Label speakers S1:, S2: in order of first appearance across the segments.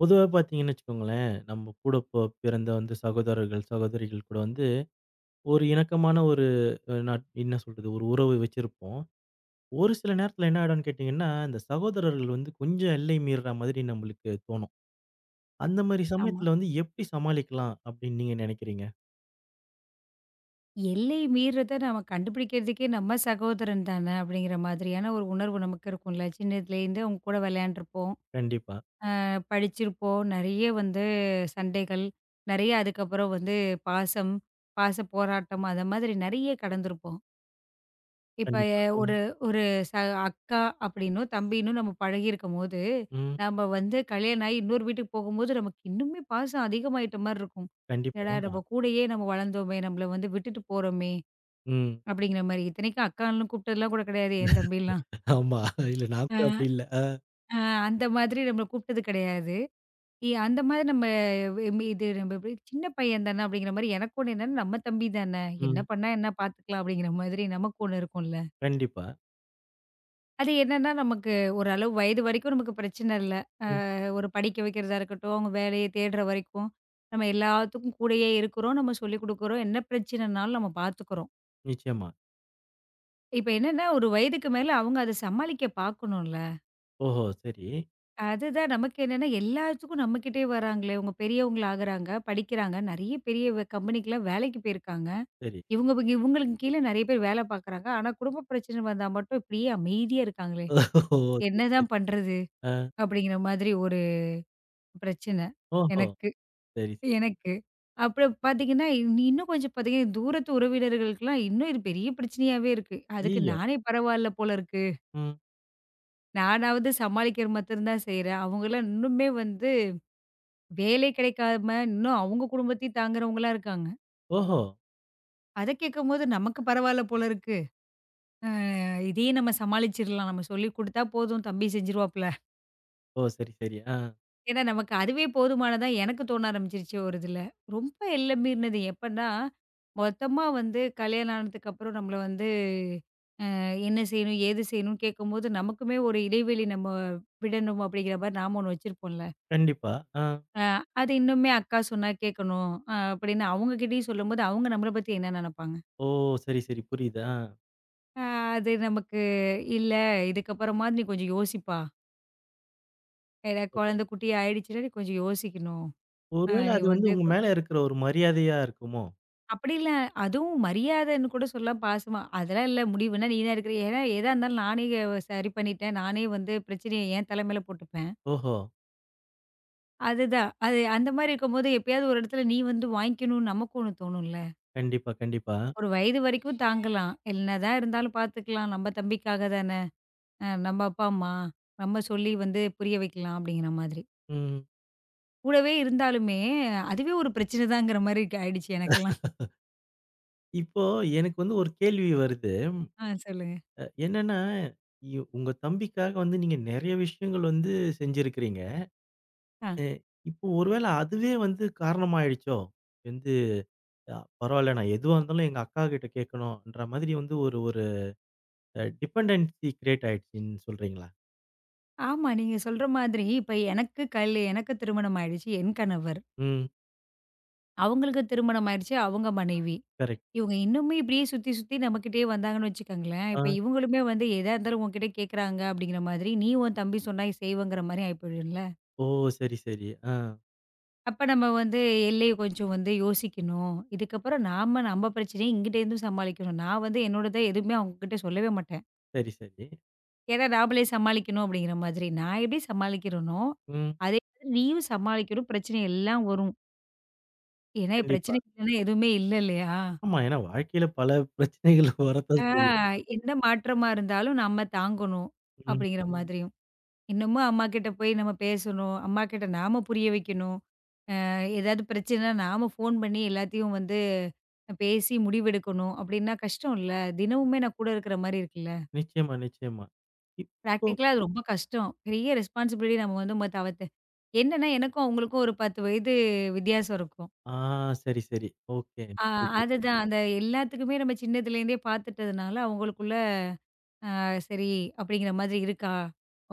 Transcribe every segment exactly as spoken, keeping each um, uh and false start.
S1: பொதுவா பார்த்தீங்கன்னு வச்சுக்கோங்களேன், நம்ம கூட பொ பிறந்த வந்து சகோதரர்கள், சகோதரிகள் கூட வந்து ஒரு இணக்கமான ஒரு அ நட் என்ன சொல்றது? ஒரு உறவு வச்சிருப்போம். ஒரு சில நேரத்தில என்ன ஆயிடும்ன்னு கேட்டீங்கன்னா, இந்த சகோதரர்கள் வந்து கொஞ்சம் எல்லை மீறுற மாதிரி நம்மளுக்கு தோணும். அந்த மாரி
S2: ஆமா.
S1: சமயத்தில வந்து எப்படி சமாளிக்கலாம் அப்படின்னு நீங்க நினைக்கிறீங்க?
S2: எல்லை மீறுறத நம்ம கண்டுபிடிக்கிறதுக்கே நம்ம சகோதரன் தானே அப்படிங்கிற மாதிரியான ஒரு உணர்வு நமக்கு இருக்கும்ல. சின்னதுலேருந்து அவங்க கூட விளையாண்டுருப்போம்.
S1: கண்டிப்பா,
S2: அ படிச்சிருப்போம். நெறைய வந்து சண்டைகள், நெறைய அதுக்கப்புறம் வந்து பாசம், பாச போராட்டம் அந்த மாதிரி நெறைய கடந்திருப்போம். இப்ப
S1: கண்டிப்பா. ம்,
S2: ஒரு ஒரு ச அக்கா அப்படின்னும், தம்பின்னும் நம்ம பழகியிருக்கும்போது,
S1: ம்.
S2: நம்ம வந்து கல்யாணம் ஆகி இன்னொரு வீட்டுக்கு போகும்போது நமக்கு இன்னுமே பாசம் அதிகமாயிட்ட மாரி இருக்கும்.
S1: கண்டிப்பா.
S2: "என்னடா
S1: ஆமா.
S2: நம்ம கூடயே நம்ம வளர்ந்தோமே, நம்மள வந்து விட்டுட்டு போறோமே!"
S1: ம்.
S2: அப்படிங்கிற மாரி. இத்தனைக்கும் அக்கான்னு கூப்பிட்டதுலாம் கூட கிடையாது என் தம்பிலாம்.
S1: ஆமா. இல்ல நான் கூட
S2: ஆ.
S1: அப்படி இல்ல. அ.
S2: அ அந்த மாதிரி நம்மள கூப்பிட்டது கிடையாது. இ அந்த மாதிரி நம்ம ம் இது நம்ம எப்படி சின்ன பையன் தானே அப்படிங்கிற மாரி எனக்கு ஒண்ணு என்னன்னா நம்ம தம்பி தானே, என்ன
S1: ம்.
S2: பண்ணா என்ன பார்த்துக்கலாம் அப்படிங்கிற மாதிரி நமக்கு ஒண்ணு இருக்கும்ல.
S1: கண்டிப்பா.
S2: அது என்னன்னா நமக்கு ஓரளவு வயது வரைக்கும் நமக்கு பிரச்சனை இல்ல.
S1: ம்.
S2: ஒரு படிக்க வைக்கிறதா இருக்கட்டும், அவங்க வேலைய தேடுற வரைக்கும் நம்ம எல்லாத்துக்கும் கூடயே இருக்கிறோம். நம்ம சொல்லிக் குடுக்குறோம். என்ன பிரச்சனைனாலும் நம்ம பார்த்துக்கிறோம்.
S1: நிச்சயமா.
S2: இப்ப என்னன்னா ஒரு வயதுக்கு மேல அவங்க அத சமாளிக்க பார்க்கணும்ல.
S1: ஓஹோ! சரி,
S2: அதுதான் நமக்கு என்னன்னா, எல்லாத்துக்கும் நம்ம கிட்டயே வராங்களே! இவுங்க பெரியவங்களா ஆகுறாங்க, படிக்கிறாங்க. நெறைய பெரிய வ கம்பெனிக்குலாம் வேலைக்கு போயிருக்காங்க.
S1: சரி.
S2: இவுங்க இவ் இவுங்களுக்கு கீழ நெறைய பேர் வேல பார்க்குறாங்க. ஆனா, குடும்ப பிரச்சனை வந்தா மட்டும் இப்படியே அமைதியா இருக்காங்களே!
S1: ஓஹோ! சரி, சரி.
S2: என்னதான் பண்றது?
S1: அ.
S2: அப்படிங்கிற மாதிரி ஒரு பிரச்சனை.
S1: ஓஹோ!
S2: எனக்கு
S1: சரி, சரி.
S2: எனக்கு. அப்புறம் பார்த்தீங்கன்னா, இன் இன்னும் கொஞ்சம் பார்த்தீங்கன்னா, தூரத்து உறவினர்களுக்குலாம் இன்னும் இது பெரிய பிரச்சனையாவே இருக்கு. அதுக்கு
S1: ஐய்யய்யோ!
S2: நானே பரவாயில்ல போல இருக்கு.
S1: ம்.
S2: நானாவது சமாளிக்கிற மாத்திரம் தான் செய்றேன். அவங்கலாம் இன்னுமே வந்து வேலை கிடைக்காம, இன்னும் அவங்க குடும்பத்தையும் தாங்குறவங்களா இருக்காங்க.
S1: ஓஹோ!
S2: அத கேட்கும்போது நமக்கு பரவால்ல போல இருக்கு. அ இதையே நம்ம சமாளிச்சிரலாம். நம்ம சொல்லி குடுத்தா போதும் தம்பி செஞ்சுருவாப்ல.
S1: ஓ! சரி, சரி. ஆ.
S2: ஏன்னா நமக்கு அதுவே போதுமானதா எனக்கு தோண ஆரம்பிச்சிருச்சு ஒரு இதுல. ரொம்ப எல்லை மீறினது எப்பன்னா, மொத்தமா வந்து கல்யாணம் ஆனதுக்கு அப்புறம் நம்மள வந்து அஹ், என்ன செய்யணும்? ஏது செய்யணும்னு கேட்கும்போது, நமக்குமே ஒரு இடைவெளி நம்ம விடணும் அப்படிங்கிற மாரி நாம ஒண்ணு வச்சிருப்போம்ல.
S1: கண்டிப்பா. ஆ.
S2: அ அது இன்னுமே அக்கா சொன்னா கேட்கணும். அ அப்படின்னு அவங்க கிட்டயும் சொல்லும்போது, அவங்க நம்மள பத்தி என்ன நெனப்பாங்க?
S1: ஓ! சரி, சரி. புரியுது. ஆ.
S2: அ அது நமக்கு இல்ல இதுக்கப்புறமா நீ கொஞ்சம் யோசிப்பா. ஏன்னா
S1: ஓஹோ!
S2: குழந்தை குட்டி ஆயிடுச்சுன்னா நீ கொஞ்சம் யோசிக்கணும். அ
S1: ஒருவேள
S2: நீ
S1: அது வந்து
S2: வந்து
S1: உங்க
S2: கொ
S1: மேல இருக்கிற ஒரு மரியாதையா இருக்குமோ?
S2: அப்படி இல்ல. அதுவும் மரியாதைன்னு கூட சொல்லலாம் பாசமா. அதெல்லாம் இல்ல முடிவுன்னா நீ தான் எடுக்கிற. ஏன்னா எதா இருந்தாலும் நானே சரி பண்ணிட்டேன். நானே வந்து பிரச்சனைய என் தலை மேல போட்டுப்பேன்.
S1: ஓஹோ!
S2: அதுதான். அது அந்த மாரி இருக்கும்போது எப்பயாவது ஒரு இடத்துல நீ வந்து வாங்கிக்கணும்னு நமக்கு ஒண்ணு தோணும்ல.
S1: கண்டிப்பா, கண்டிப்பா.
S2: ஒரு வயது வரைக்கும் தாங்கலாம். என்னதான் இருந்தாலும் பார்த்துக்கலாம். நம்ம தம்பிக்காக தானே. அ நம்ம அப்பா, அம்மா நம்ம சொல்லி வந்து புரிய வைக்கலாம் அப்படிங்கிற மாதிரி.
S1: ம்.
S2: கூடவே இருந்தாலுமே, அதுவே ஒரு பிரச்சனை தாங்கிற மாரி ஆயிடுச்சு எனக்கெல்லாம்.
S1: இப்போ எனக்கு வந்து ஒரு கேள்வி வருது.
S2: ஆ, சொல்லுங்க.
S1: அ என்னன்னா, இ உங்க தம்பிக்காக வந்து நீங்க நெறைய விஷயங்கள் வந்து செஞ்சிருக்கிறீங்க.
S2: ஆ.
S1: அ இப்போ ஒருவேள அதுவே வந்து காரணமாயிடுச்சோ? வந்து அ பரவால்ல நான் எதுவா இருந்தாலும் எங்க அக்கா கிட்ட கேட்கணும்ன்ற மாதிரி வந்து ஒரு ஒரு அ டிபெண்டன்சி கிரியேட் ஆயிடுச்சுன்னு சொல்றீங்களா?
S2: ஆமா. நீங்க சொல்ற மாதிரி இப்ப எனக்கு கல் எனக்கு திருமணம் ஆயிடுச்சு. என் கணவர்.
S1: ம்.
S2: அவங்களுக்கு திருமணம் ஆயிடுச்சு. அவங்க மனைவி.
S1: கரெக்ட்.
S2: இவங்க இன்னுமே இப்படியே சுத்தி சுத்தி நம்மகிட்டயே வந்தாங்கன்னு வச்சுக்கோங்களேன்,
S1: ஆ.
S2: இப்ப இவங்களுமே வந்து எதா இருந்தாலும் உன்கிட்ட கேட்கறாங்க அப்படிங்கிற மாதிரி, நீ உன் தம்பி சொன்னா செய்வேங்கிற மாரி ஆயி போயிடும்ல.
S1: ஓ! சரி, சரி. ஆ.
S2: அப்ப நம்ம வந்து எல்லைய கொஞ்சம் வந்து யோசிக்கணும். இதுக்கப்புறம் நாம நம்ம பிரச்சனைய இங்கிட்டேருந்து சமாளிக்கணும். நான் வந்து என்னோடத எதுவுமே அவங்ககிட்ட சொல்லவே மாட்டேன்.
S1: சரி, சரி.
S2: ஏன்னா நாமளே சமாளிக்கணும் அப்படிங்கிற மாதிரி. நான் எப்படி சமாளிக்கிறேனோ,
S1: ம்.
S2: அதே மாதிரி நீயும் சமாளிக்கணும். பிரச்சனை எல்லாம் வரும். ஏன்னா
S1: கண்டிப்பா.
S2: பிரச்சனை இல்லன்னா எதுவுமே இல்ல இல்லையா?
S1: ஆமா. ஏன்னா வாழ்க்கையில பல பிரச்சனைகள்
S2: ஆ
S1: வரத்தான் செய்யும்.
S2: எந்த மாற்றமா இருந்தாலும் நம்ம தாங்கணும்
S1: ம்.
S2: அப்படிங்கிற மாதிரியும். இன்னமும் அம்மா கிட்ட போய் நம்ம பேசணும். அம்மா கிட்ட நாம புரிய வைக்கணும். அ ஏதாவது பிரச்சனைனா நாம ஃபோன் பண்ணி எல்லாத்தையும் வந்து பேசி முடிவெடுக்கணும். அப்படின்னா கஷ்டம் இல்ல. தினமுமே நான் கூட இருக்கிற மாரி இருக்குல்ல.
S1: நிச்சயமா, நிச்சயமா. இப்போ
S2: பிராக்டிகலா அது ரொம்ப கஷ்டம். பெரிய ரெஸ்பான்சிபிலிட்டி நம்ம வந்து நம்ம தவிர்த்து என்னன்னா, எனக்கும் அவங்களுக்கும் ஒரு பத்து வயது வித்தியாசம் இருக்கும்.
S1: ஆ சரி, சரி. ஓகே.
S2: ஆ
S1: புரியுது.
S2: அதுதான் அந்த எல்லாத்துக்குமே நம்ம சின்னதுலேருந்தே பார்த்துட்டதுனால, அவங்களுக்குள்ள அ சரி அப்படிங்கிற மாதிரி இருக்கா?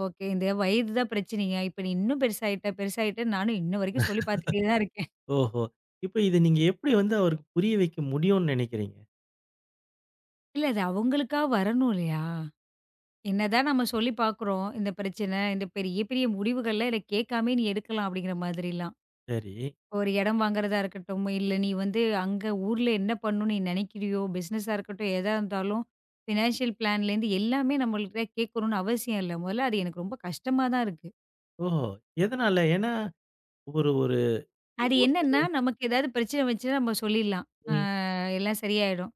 S2: ஓகே. இந்த வயது தான் பிரச்சனையா? இப்ப நீ இன்னும் பெருசாயிட்ட, பெருசாயிட்ட நானும் இன்ன வரைக்கும் சொல்லி பார்த்துட்டே தான் இருக்கேன்.
S1: ஓஹோ! இப்ப இத நீங்க எப்படி வந்து அவருக்கு புரிய வைக்க முடியும்னு நினைக்கிறீங்க?
S2: இல்ல அது அவங்களுக்கா வரணும் இல்லையா? என்னதான் நம்ம சொல்லி பார்க்குறோம், இந்த பிரச்சனை, இந்த பெரிய பெரிய முடிவுகள்லாம் இத கேட்காமயே நீ எடுக்கலாம் அப்படிங்கிற மாதிரிலாம்.
S1: சரி.
S2: ஒரு இடம் வாங்குறதா இருக்கட்டும், இல்ல நீ வந்து அங்க ஊர்ல என்ன பண்ணணும்னு நீ நினைக்கிறியோ, பிசினஸா இருக்கட்டும், எதா இருந்தாலும் ஃபினான்ஷியல் பிளான்லேருந்து எல்லாமே நம்மள்ட்ட கேட்கணும்னு அவசியம் இல்ல. முதல்ல அது எனக்கு ரொம்ப கஷ்டமா தான் இருக்கு.
S1: ஓஹோ! எதனால? ஏன்னா ஒரு ஒரு
S2: அது
S1: ஒரு சில
S2: என்னன்னா, நமக்கு ஏதாவது பிரச்சனை வந்துச்சுன்னா நம்ம சொல்லிடலாம். அ
S1: ம்.
S2: எல்லாம் சரியாயிடும்.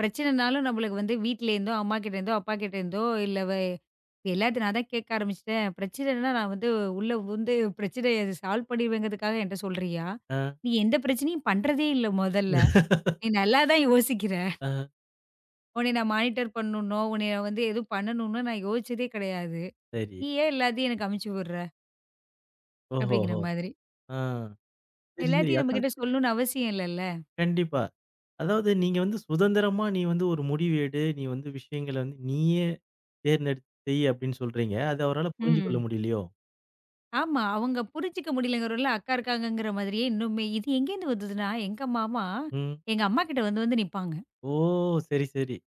S2: பிரச்சனைனாலும் நம்மளுக்கு வந்து வீட்லேருந்தோ, அம்மா கிட்டேருந்தோ, அப்பா கிட்டேருந்தோ இல்ல வே எல்லாத்தையும் நான் தான் கேட்க ஆரம்பிச்சுட்டேன். பிரச்சனைன்னா நான் வந்து உள்ள புகுந்து பிரச்சனைய சால்வ் பண்ணிருவேங்கிறதுக்காக என்ட்ட சொல்றியா?
S1: ஆ,
S2: நீ எந்த பிரச்சனையும் பண்றதே இல்ல முதல்ல. நீ நல்லா தான் யோசிக்கிற.
S1: ஆ.
S2: உன்னைய நான் மானிட்டர் பண்ணணும்னோ, உன்னைய வந்து எதுவும் பண்ணணும்னோ நான் யோசிச்சதே கிடையாது.
S1: சரி.
S2: நீ ஏன் எல்லாத்தையும் எனக்கு அமுச்சு விடுற? அப்படிங்கிற
S1: ஓஹோஹோ!
S2: மாதிரி.
S1: ஆ. சரி, சரி.
S2: எல்லாத்தையும்
S1: அதான்
S2: நம்மகிட்ட சொல்லணும்னு அவசியம் இல்லல்ல.
S1: கண்டிப்பா. அதாவது நீங்க வந்து சுதந்திரமா நீ வந்து ஒரு முடிவு எடு. நீ வந்து விஷயங்கள வந்து நீயே தேர்ந்தெடுத்து செய் அப்படின்னு சொல்றீங்க. அது அவரால புரிஞ்சு கொள்ள
S2: ம்.
S1: முடியலையோ?
S2: ஆமா. அவங்க புரிஞ்சுக்க முடியலங்கிறவர்ல அக்கா இருக்காங்கங்கிற மாதிரியே இன்னுமே இது எங்கேருந்து வந்ததுன்னா, எங்க மாமா
S1: ம்.
S2: எங்க அம்மாகிட்ட வந்து வந்து நிப்பாங்க.
S1: ஓ! சரி, சரி.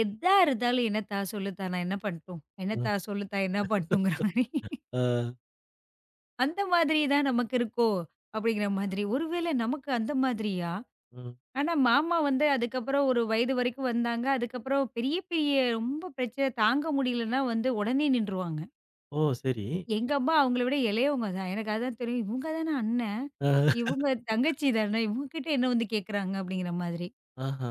S2: எதா இருந்தாலும் "என்னத்தா சொல்லுத்தா நான் என்ன பண்ணட்டும்?
S1: ம்.
S2: என்னத்தா சொல்லுத்தா என்ன பண்ணட்டுங்கிற" மாரி.
S1: ஆ.
S2: அந்த மாதிரி தான் நமக்கு இருக்கோ! அப்படிங்கிற மாதிரி. ஒருவேளை நமக்கு அந்த மாதிரியா?
S1: ம்.
S2: ஆனா, மாமா வந்து அதுக்கப்புறம் ஒரு வயது வரைக்கும் வந்தாங்க. அதுக்கப்புறம் பெரிய, பெரிய ரொம்ப பிரச்சனை தாங்க முடியலன்னா வந்து உடனே நின்றுவாங்க.
S1: ஓ! சரி.
S2: எங்க அம்மா அவங்கள விட இளையவங்க தான். எனக்கு அதான் தெரியும். இவங்க தானே அண்ணன்.
S1: ஆ.
S2: இவங்க தங்கச்சி தானே. இவங்க கிட்ட என்ன வந்து கேட்குறாங்க அப்படிங்கிற மாதிரி.
S1: ஆஹா.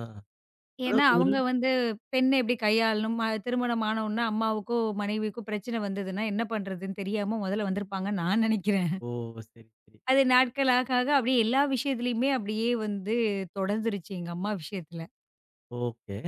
S2: ஏன்னா,
S1: அதாவது ஒரு
S2: அவங்க வந்து பெண்ண எப்படி கையாளணும், அ திருமணம் ஆன உடனே அம்மாவுக்கோ, மனைவிக்கோ பிரச்சனை வந்ததுன்னா என்ன பண்றதுன்னு தெரியாம முதல்ல வந்திருப்பாங்கன்னு நான் நெனைக்கிறேன்.
S1: ஓ! சரி, சரி.
S2: அது நாட்கள் ஆக, ஆக அப்படியே எல்லா விஷயத்துலயுமே அப்படியே வந்து தொடர்ந்துருச்சு எங்க அம்மா விஷயத்துல.
S1: ஓகே.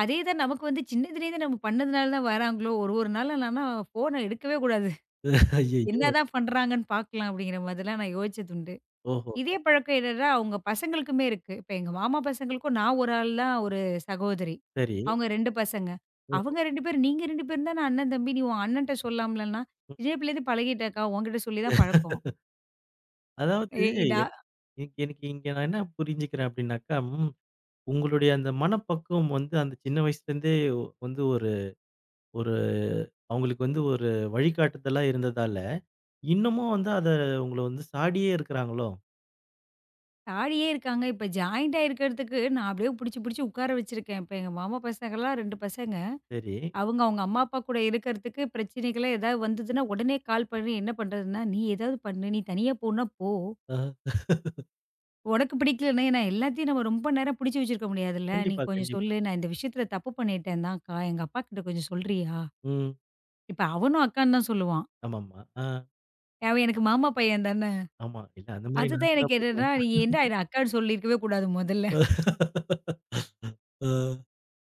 S2: அதே தான் நமக்கு வந்து சின்னதுலேருந்து நம்ம பண்ணதுனால தான் வராங்களோ! ஒரு ஒரு நாள் நான்லாம் ஃபோன எடுக்கவே கூடாது.
S1: ஐயய்யோ!
S2: என்னதான் பண்றாங்கன்னு பார்க்கலாம் அப்படிங்கிற மாதிரிலாம் நான் யோசிச்சதுண்டு.
S1: ஓஹோ!
S2: இதே பழக்கம் என்னன்னா, அவங்க பசங்களுக்குமே இருக்கு. இப்ப எங்க மாமா பசங்களுக்கும் நான் ஒரு ஆள் தான் ஒரு சகோதரி.
S1: சரி.
S2: அவங்க ரெண்டு பசங்க.
S1: ஓஹோ!
S2: அவங்க ரெண்டு பேரும் "நீங்க ரெண்டு பேரும் தான அண்ணன், தம்பி. நீ உன் அண்ணன்ட்ட சொல்லாம்லன்னா?" "சின்ன பிள்ளைலேருந்து பழகிட்டேன்க்கா. உன்கிட்ட சொல்லி தான் பழக்கம்."
S1: அதாவது
S2: ஏய் டா
S1: எ எனக்கு எனக்கு இங்க நான் என்ன புரிஞ்சுக்கிறேன் அப்படின்னாக்கா, ம் உங்களுடைய அந்த மனப்பக்குவம் வந்து அந்த சின்ன வயசுலேருந்தே வந்து ஒரு ஒரு அவங்களுக்கு வந்து ஒரு வழிகாட்டுதலா இருந்ததால, இன்னமும் வந்து அத உங்கள வந்து சாடியே இருக்கிறாங்களோ!
S2: தாடியே இருக்காங்க. இப்ப ஜாயிண்ட் ஆயிருக்கிறதுக்கு நான் அப்படியே புடிச்சு, புடிச்சு உட்கார வச்சிருக்கேன். இப்ப எங்க மாமா பசங்கலாம் ரெண்டு பசங்க.
S1: சரி.
S2: அவங்க, அவங்க அம்மா, அப்பா கூட இருக்கிறதுக்கு பிரச்சனைகளே ஏதாவது வந்ததுன்னா, உடனே கால் பண்ணி என்ன பண்றதுன்னா, "நீ ஏதாவது பண்ணு. நீ தனியா போணுனா போ.
S1: ஆஹா.
S2: உனக்கு பிடிக்கலன்னா" ஏன்னா எல்லாத்தையும் நம்ம ரொம்ப நேரம் பிடிச்சு வச்சிருக்க முடியாதுல்ல. "நீ
S1: கண்டிப்பா,
S2: கொஞ்சம்
S1: கண்டிப்பா.
S2: சொல்லு. நான் இந்த விஷயத்துல தப்பு பண்ணிட்டேன் தான்க்கா. எங்க அப்பாகிட்ட கொஞ்சம் சொல்றியா?"
S1: ம்.
S2: இப்ப அவனும் அக்கான்னு தான் சொல்லுவான்.
S1: ஆமாமா. ஆ,
S2: அவன் எனக்கு மாமா பையன் தானே.
S1: ஆமா. இல்ல அந்த மாரி நான்
S2: அதுதான்
S1: கூட
S2: எனக்கு என்னன்னா,
S1: அப்படித்தான்.
S2: "நீ ஏன்டா என்ன அக்கான்னு சொல்லியிருக்கவே கூடாது முதல்ல."
S1: ஆ.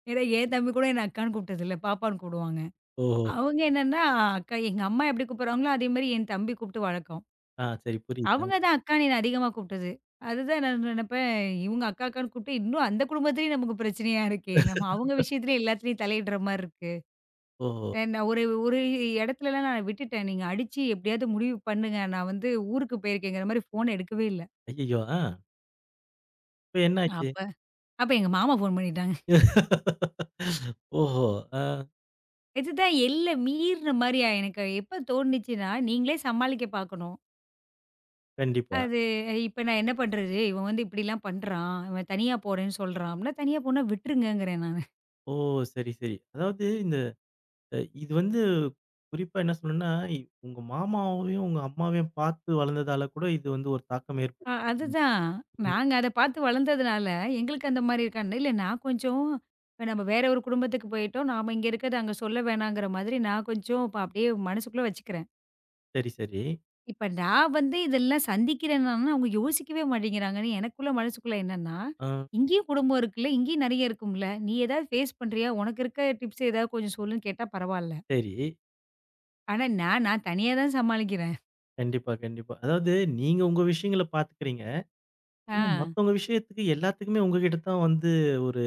S2: ஏன்னா என் தம்பி கூட என்ன அக்கான்னு கூப்பிட்டதில்ல. பாப்பான்னு கூப்பிடுவாங்க.
S1: ஓஹோ!
S2: அவங்க என்னன்னா, அக்கா எங்க அம்மா எப்படி கூப்பிடுறாங்களோ அதே மாரி என் தம்பி கூப்பிட்டு வழக்கம்.
S1: ஆ, சரி புரியுது. ஆ.
S2: அவங்க தான் அக்கான்னு என்ன அதிகமா கூப்பிட்டது. அதுதான் நான் நினைப்பேன், இவங்க அக்கா அக்கான்னு கூப்பிட்டு இன்னும் அந்த குடும்பத்திலேயும் நமக்கு பிரச்சனையா இருக்கே! நம்ம அவங்க விஷயத்திலேயே எல்லாத்துலயும் தலையிடுற மாரி இருக்கு.
S1: ஓஹோ!
S2: அ நான் ஒரு ஒரு இடத்துலலாம் நான் விட்டுட்டேன். நீங்க அடிச்சு எப்படியாவது முடிவு பண்ணுங்க. நான் வந்து ஊருக்கு போயிருக்கேங்கிற மாரி ஃபோன் எடுக்கவே இல்ல.
S1: ஐயய்யோ! ஆ. இப்ப என்ன ஆச்சு?
S2: அப்ப அப்ப எங்க மாமா ஃபோன் பண்ணிட்டாங்க.
S1: ஓஹோ! ஆ.
S2: இதுதான் எல்லை மீறின மாரியா எனக்கு எப்ப தோணுச்சுன்னா, நீங்களே சமாளிக்க பார்க்கணும்.
S1: கண்டிப்பா.
S2: அது இப்ப நான் என்ன பண்றது? இவன் வந்து இப்படிலாம் பண்றான். இவன் தனியா போறேன்னு சொல்றான். அப்படின்னா தனியா போனா விட்டுருங்கங்கிறேன் நான்.
S1: ஓ! சரி, சரி. அதாவது இந்த அ இது வந்து குறிப்பா என்ன சொல்லணும்னா, இ உங்க மாமாவையும், உங்க அம்மாவையும் பார்த்து வளர்ந்ததால கூட இது வந்து ஒரு தாக்கம்
S2: ஆ
S1: ஏற்பட்டுருக்கும்.
S2: அதுதான்.
S1: ம்.
S2: நாங்க அத பார்த்து வளர்ந்ததுனால, எங்களுக்கு அந்த மாரி இருக்கான்னு இல்ல நான் கொஞ்சம் இப்ப நம்ம வேற ஒரு குடும்பத்துக்கு போயிட்டோம். நாம இங்க இருக்கிறத அங்க சொல்ல வேணாங்கிற மாதிரி நான் கொஞ்சம் இப்ப அப்படியே மனசுக்குள்ள வச்சுக்கிறேன்.
S1: சரி, சரி.
S2: இப்ப நான் வந்து இதெல்லாம் சந்திக்கிறேன்னா, அவங்க யோசிக்கவே மாட்டேங்கிறாங்கன்னு எனக்குள்ள மனசுக்குள்ள என்னன்னா,
S1: ஆ
S2: இங்கேயும் குடும்பம் இருக்குல்ல, இங்கேயும் நெறைய இருக்கும்ல. நீ ஏதாவது ஃபேஸ் பண்றியா? உனக்கு இருக்க டிப்ஸ் ஏதாவது கொஞ்சம் சொல்லுன்னு கேட்டா பரவால்ல.
S1: சரி.
S2: ஆனா நான் நான் தனியா தான் சமாளிக்கிறேன்.
S1: கண்டிப்பா, கண்டிப்பா. அதாவது நீங்க உங்க விஷயங்கள பார்த்துக்கிறீங்க.
S2: ஆ.
S1: ஆனா மத்தவங்க விஷயத்துக்கு எல்லாத்துக்குமே உங்ககிட்ட தான் வந்து ஒரு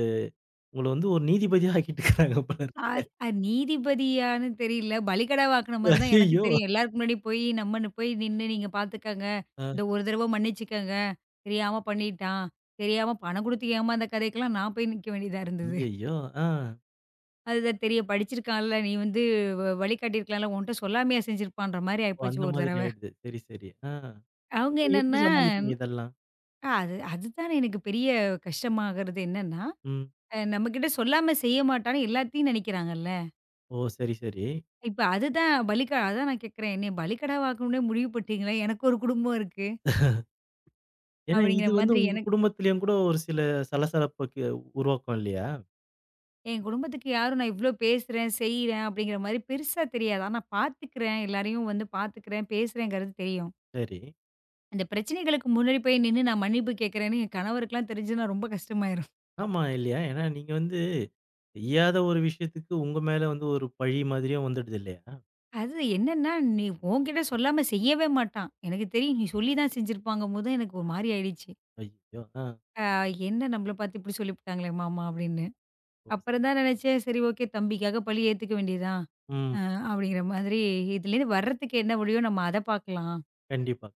S1: உங்கள வந்து ஒரு நீதிபதியா ஆக்கிட்டு இருக்காங்க போல
S2: ஆ
S1: இருக்கு.
S2: அ நீதிபதியான்னு தெரியல. பலிகடாவாக்குன மாரி தான் எனக்கு
S1: ஐயய்யோ!
S2: தெரியும். எல்லாருக்கும் முன்னாடி போய் நம்மன்னு போய் நின்னு நீங்க பாத்துக்கங்க.
S1: ஆ.
S2: இந்த ஒரு தடவ மன்னிச்சுக்கங்க. தெரியாம பண்ணிட்டான். தெரியாம பணம் குடுத்து ஏமாந்த கதைக்கெல்லாம் நான் போய் நிக்க வேண்டியதா இருந்தது.
S1: ஐயய்யோ! ஆ.
S2: அதுதான் தெரிய படிச்சிருக்கான்ல, நீ வந்து வ வழிகாட்டியிருக்கலாம்ல, உன்ட்ட சொல்லாமயா செஞ்சிருப்பான்ற மாரி
S1: ஓ
S2: ஆயிப்போச்சு
S1: அந்த
S2: ஒரு
S1: மாதிரி
S2: தடவ.
S1: ஆயிடுது. சரி, சரி. ஆ.
S2: அவங்க
S1: அப்ப எப்படி
S2: என்னன்னா
S1: சமாளிப்பீங்க இதெல்லாம்?
S2: அது அதுதான் எனக்கு பெரிய கஷ்டமாகறது என்னன்னா,
S1: ம்.
S2: அ நம்மகிட்ட சொல்லாம செய்ய மாட்டான்னு எல்லாத்தையும் நெனைக்கிறாங்கல்ல.
S1: ஓ! சரி, சரி.
S2: இப்ப அதுதான் பலிகடா அதான் நான் கேட்கிறேன். என்னைய பலிகடாவா ஆக்கணும்னே முடிவு பண்ட்டீங்களே! எனக்கு ஒரு குடும்பம் இருக்கு.
S1: ஏன்னா,
S2: அப்படிங்கிற
S1: இது வந்து
S2: மாதிரி
S1: உங்க
S2: எனக்கு
S1: குடும்பத்திலயும் கூட ஒரு சில சலசலப்புக்கு உருவாக்கும் இல்லையா?
S2: என் குடும்பத்துக்கு யாரும் நான் இவ்ளோ பேசுறேன், செய்றேன் அப்படிங்கிற மாரி பெருசா தெரியாது. ஆனா பார்த்துக்கிறேன். எல்லாரையும் வந்து பார்த்துக்கிறேன், பேசுறேங்கிறது தெரியும்.
S1: சரி.
S2: அந்த பிரச்சனைகளுக்கு முன்னாடி போய் நின்னு நான் மன்னிப்பு கேட்கிறேன்னு என் கணவருக்குலாம் தெரிஞ்சுதுனா ரொம்ப கஷ்டமாயிரும்.
S1: ஆமா இல்லையா? ஏன்னா நீங்க வந்து செய்யாத ஒரு விஷயத்துக்கு உங்க மேல வந்து ஒரு பழி மாதிரியும் வந்துடுது இல்லையா?
S2: அது என்னன்னா, நீ உன்கிட்ட சொல்லாம செய்யவே மாட்டான். எனக்கு தெரியும். நீ சொல்லி தான் செஞ்சிருப்பாங்கும்போது எனக்கு ஒரு மாரி ஆயிடுச்சு.
S1: ஐயயோ! ஆ.
S2: அ என்ன நம்மள பார்த்து இப்படி சொல்லிப்புட்டாங்களே மாமா அப்படின்னு.
S1: ஓ,
S2: அப்புறம் தான் நினைச்சேன், சரி ஓகே தம்பிக்காக பழி ஏத்துக்க வேண்டியது தான்.
S1: ம்.
S2: அ அப்படிங்கிற மாதிரி இதுலேருந்து வர்றதுக்கு என்ன வழியோ நம்ம அத பார்க்கலாம்.
S1: கண்டிப்பா.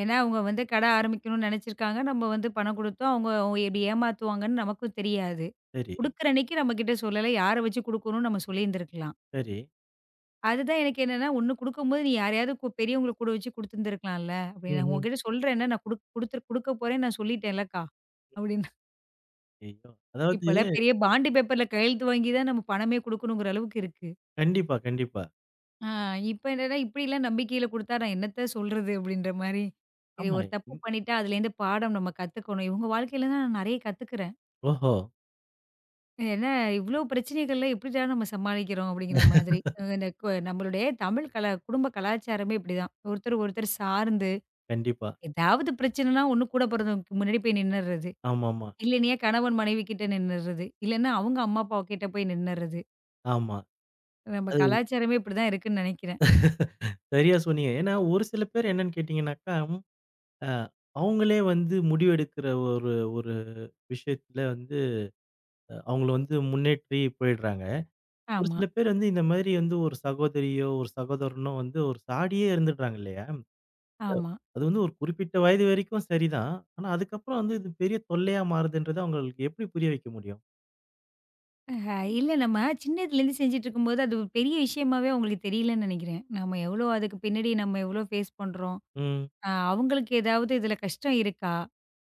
S2: ஏன்னா, அவங்க வந்து கடை ஆரம்பிக்கணும்னு நினைச்சிருக்காங்க. நம்ம வந்து பணம் குடுத்தோம். அவங்க அவங்க எப்படி ஏமாத்துவாங்கன்னு நமக்கும் தெரியாது.
S1: சரி,
S2: குடுக்குற அன்னைக்கு நம்மகிட்ட சொல்லல. யார வச்சு குடுக்கணும்னு நம்ம சொல்லியிருந்திருக்கலாம்.
S1: சரி.
S2: அதுதான் எனக்கு என்னன்னா, ஒண்ணு குடுக்கும்போது நீ யாரையாவது கு பெரியவங்கள கூட வச்சு குடுத்துருந்துருக்கலாம்ல அப்படின்னு. நான்
S1: ம்ஹ்ம்.
S2: உங்ககிட்ட சொல்றேன்ல நான் குடுக் குடுத்து குடுக்க போறேன்னு நான் சொல்லிட்டேன்லக்கா. அப்படின்னா
S1: ஐயோ! அதாவது
S2: இப்போலாம் பெரிய பாண்டு பேப்பர்ல கையெழுத்து வாங்கி தான் நம்ம பணமே குடுக்கணுங்கிற அளவுக்கு இருக்கு.
S1: கண்டிப்பா, கண்டிப்பா.
S2: ஆ, இப்ப என்னன்னா, இப்படிலாம் நம்பிக்கையில குடுத்தா நான் என்னத்த சொல்றது? அப்படின்ற மாரி. சரி
S1: ஆமா.
S2: ஒரு தப்பு
S1: ம்.
S2: பண்ணிட்டா அதுலேருந்து பாடம் நம்ம கத்துக்கணும். இவங்க வாழ்க்கையில தான் நான் நெறைய கத்துக்கிறேன்.
S1: ஓஹோ!
S2: ஏன்னா இவ்ளோ பிரச்சனைகள்ல எப்படிடா நம்ம சமாளிக்கிறோம்? அப்படிங்கிற மாதிரி. அ இந்த கு நம்மளுடைய தமிழ் கலா குடும்ப கலாச்சாரமே இப்படிதான். ஒருத்தர் ஒருத்தர் சார்ந்து
S1: கண்டிப்பா.
S2: ஏதாவது பிரச்சனைனா ஒண்ணு கூட பிறந்தவங்களுக்கு முன்னாடி போய் நின்னுறது.
S1: ஆமாமா.
S2: இல்லைன்னா கணவன் மனைவி கிட்ட நின்னுறது. இல்லன்னா அவங்க அம்மா அப்பா கிட்ட போய் நின்னுறது.
S1: ஆமா.
S2: நம்ம
S1: ஆமா, அது
S2: கலாச்சாரமே இப்படிதான் இருக்குன்னு நெனைக்கிறேன்.
S1: சரியா சொன்னீங்க. ஏன்னா ஒரு சில பேர் என்னன்னு கேட்டீங்கன்னாக்கா, அ அவங்களே வந்து முடிவெடுக்கிற ஒரு ஒரு விஷயத்துல வந்து அ அவங்கள வந்து முன்னேற்றி போயிடுறாங்க. ஒரு
S2: ஆமா,
S1: சில பேர் வந்து இந்த மாதிரி வந்து ஒரு சகோதரியோ, ஒரு சகோதரனோ வந்து ஒரு சாடியே இருந்துடுறாங்க இல்லையா?
S2: ஆமா.
S1: அது வந்து ஒரு குறிப்பிட்ட வயது வரைக்கும் சரிதான். ஆனா அதுக்கப்புறம் வந்து இது பெரிய தொல்லையா மாறுதுன்றத அவங்களுக்கு எப்படி புரிய வைக்க முடியும்?
S2: அ இல்ல நம்ம சின்னதுலேருந்து செஞ்சுட்டு இருக்கும்போது, அது ஒரு பெரிய விஷயமாவே அவங்களுக்கு தெரியலன்னு நெனைக்கிறேன். நம்ம எவ்வளோ அதுக்கு பின்னாடி நம்ம எவ்வளோ ஃபேஸ் பண்றோம்.
S1: ம்.
S2: அ அவங்களுக்கு ஏதாவது இதுல கஷ்டம் இருக்கா?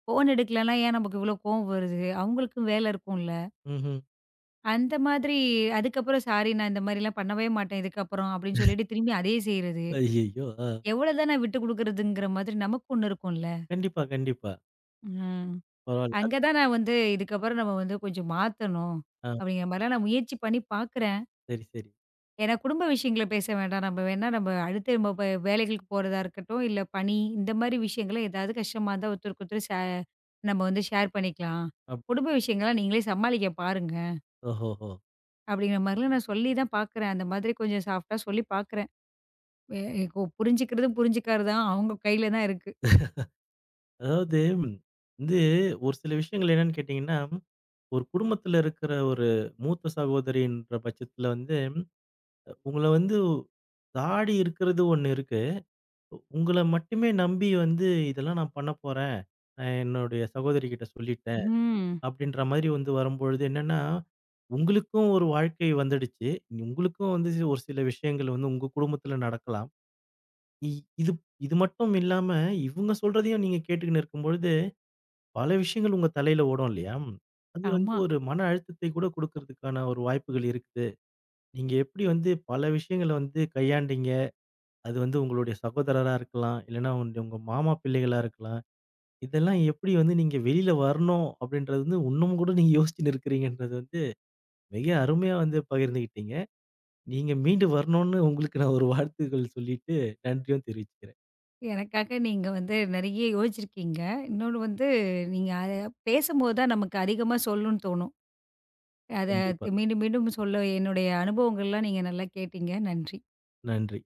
S2: ஃபோன் எடுக்கலனா ஏன் நமக்கு இவ்வளோ கோவம் வருது? அவங்களுக்கும் வேலை இருக்கும்ல.
S1: ம்ஹ்ம்.
S2: அந்த மாதிரி அதுக்கப்புறம் சாரி நான் இந்த மாதிரிலாம் பண்ணவே மாட்டேன் இதுக்கப்புறம் அப்படின்னு சொல்லிட்டு திரும்பி அதே செய்றது.
S1: ஐய்யய்யோ! ஆ.
S2: எவ்வளோ தான் நான் விட்டு குடுக்குறதுங்கிற மாதிரி நமக்கு ஒண்ணு இருக்கும்ல.
S1: கண்டிப்பா, கண்டிப்பா.
S2: ம்.
S1: பரவால்ல. அது
S2: அங்க தான் நான் வந்து இதுக்கப்புறம் நம்ம வந்து கொஞ்சம் மாத்தணும்.
S1: ஆ
S2: அப்படிங்கிற மாதிரிலாம் நான் முயற்சி பண்ணி பாக்குறேன்.
S1: சரி, சரி.
S2: ஏன்னா குடும்ப விஷயங்கள பேச வேண்டாம். நம்ம வேணா நம்ம அடுத்து நம்ம வே வேலைகளுக்கு போறதா இருக்கட்டும், இல்ல பணி இந்த மாரி விஷயங்கள ஏதாவது கஷ்டமா இருந்தா ஒருத்தருக்கு ஒருத்தர் ஷே நம்ம வந்து ஷேர் பண்ணிக்கலாம்.
S1: அப்படி.
S2: குடும்ப விஷயங்கள்லாம் நீங்களே சமாளிக்க பாருங்க.
S1: ஓஹோஹோ!
S2: அப்படிங்கிற மாரிலாம் நான் சொல்லி தான் பார்க்குறேன். அந்த மாதிரி கொஞ்சம் சாஃப்ட்டா சொல்லி பார்க்குறேன். எ இப்போ புரிஞ்சுக்கிறதும் புரிஞ்சுக்காததும் அவங்க கையில தான் இருக்கு.
S1: அதாவது ம், வந்து ஒரு சில விஷயங்கள் என்னன்னு கேட்டீங்கன்னா, ஒரு குடும்பத்தில இருக்கிற ஒரு மூத்த சகோதரின்ற பட்சத்தில வந்து உங்கள வந்து தாடி இருக்கிறது ஒண்ணு இருக்கு. உங்கள மட்டுமே நம்பி வந்து இதெல்லாம் நான் பண்ண போறேன். அ என்னுடைய சகோதரிகிட்ட சொல்லிட்டேன்.
S2: ம்.
S1: அப்படின்ற மாரி வந்து வரும்பொழுது என்னன்னா, உங்களுக்கும் ஒரு வாழ்க்கை வந்துடுச்சு. உங்களுக்கும் வந்து ஒரு சில விஷயங்கள் வந்து உங்க குடும்பத்துல நடக்கலாம். இ இது இது மட்டும் இல்லாம இவங்க சொல்றதையும் நீங்க கேட்டுக்கின்னு இருக்கும்பொழுது, பல விஷயங்கள் உங்க தலையில ஓடும் இல்லையா? அது வந்து
S2: ஆமா.
S1: ஒரு மன அழுத்தத்தை கூட குடுக்கறதுக்கான ஒரு வாய்ப்புகள் இருக்குது. நீங்க எப்படி வந்து பல விஷயங்கள வந்து கையாண்டீங்க? அது வந்து உங்களுடைய சகோதரரா இருக்கலாம். இல்லன்னா உங் உங்க மாமா பிள்ளைகளா இருக்கலாம். இதெல்லாம் எப்படி வந்து நீங்க வெளியில வரணும் அப்படின்றது வந்து இன்னமும் கூட நீங்க யோசிச்சுன்னு இருக்கிறீங்கன்றது வந்து மிக அருமையா வந்து பகிர்ந்துகிட்டீங்க. நீங்க மீண்டு வரணும்னு உங்களுக்கு நான் ஒரு வாழ்த்துக்கள் சொல்லிட்டு நன்றியும் தெரிவிச்சுக்கிறேன்.
S2: எனக்காக நீங்க வந்து நெறைய யோசிச்சிருக்கீங்க. இன்னொன்னு வந்து நீங்க அத பேசும்போது தான் நமக்கு அதிகமா சொல்லணும்னு தோணும். அத
S1: கண்டிப்பா.
S2: மீண்டும் மீண்டும் சொல்ல என்னுடைய அனுபவங்கள்லாம் நீங்க நல்லா கேட்டீங்க. நன்றி.
S1: நன்றி.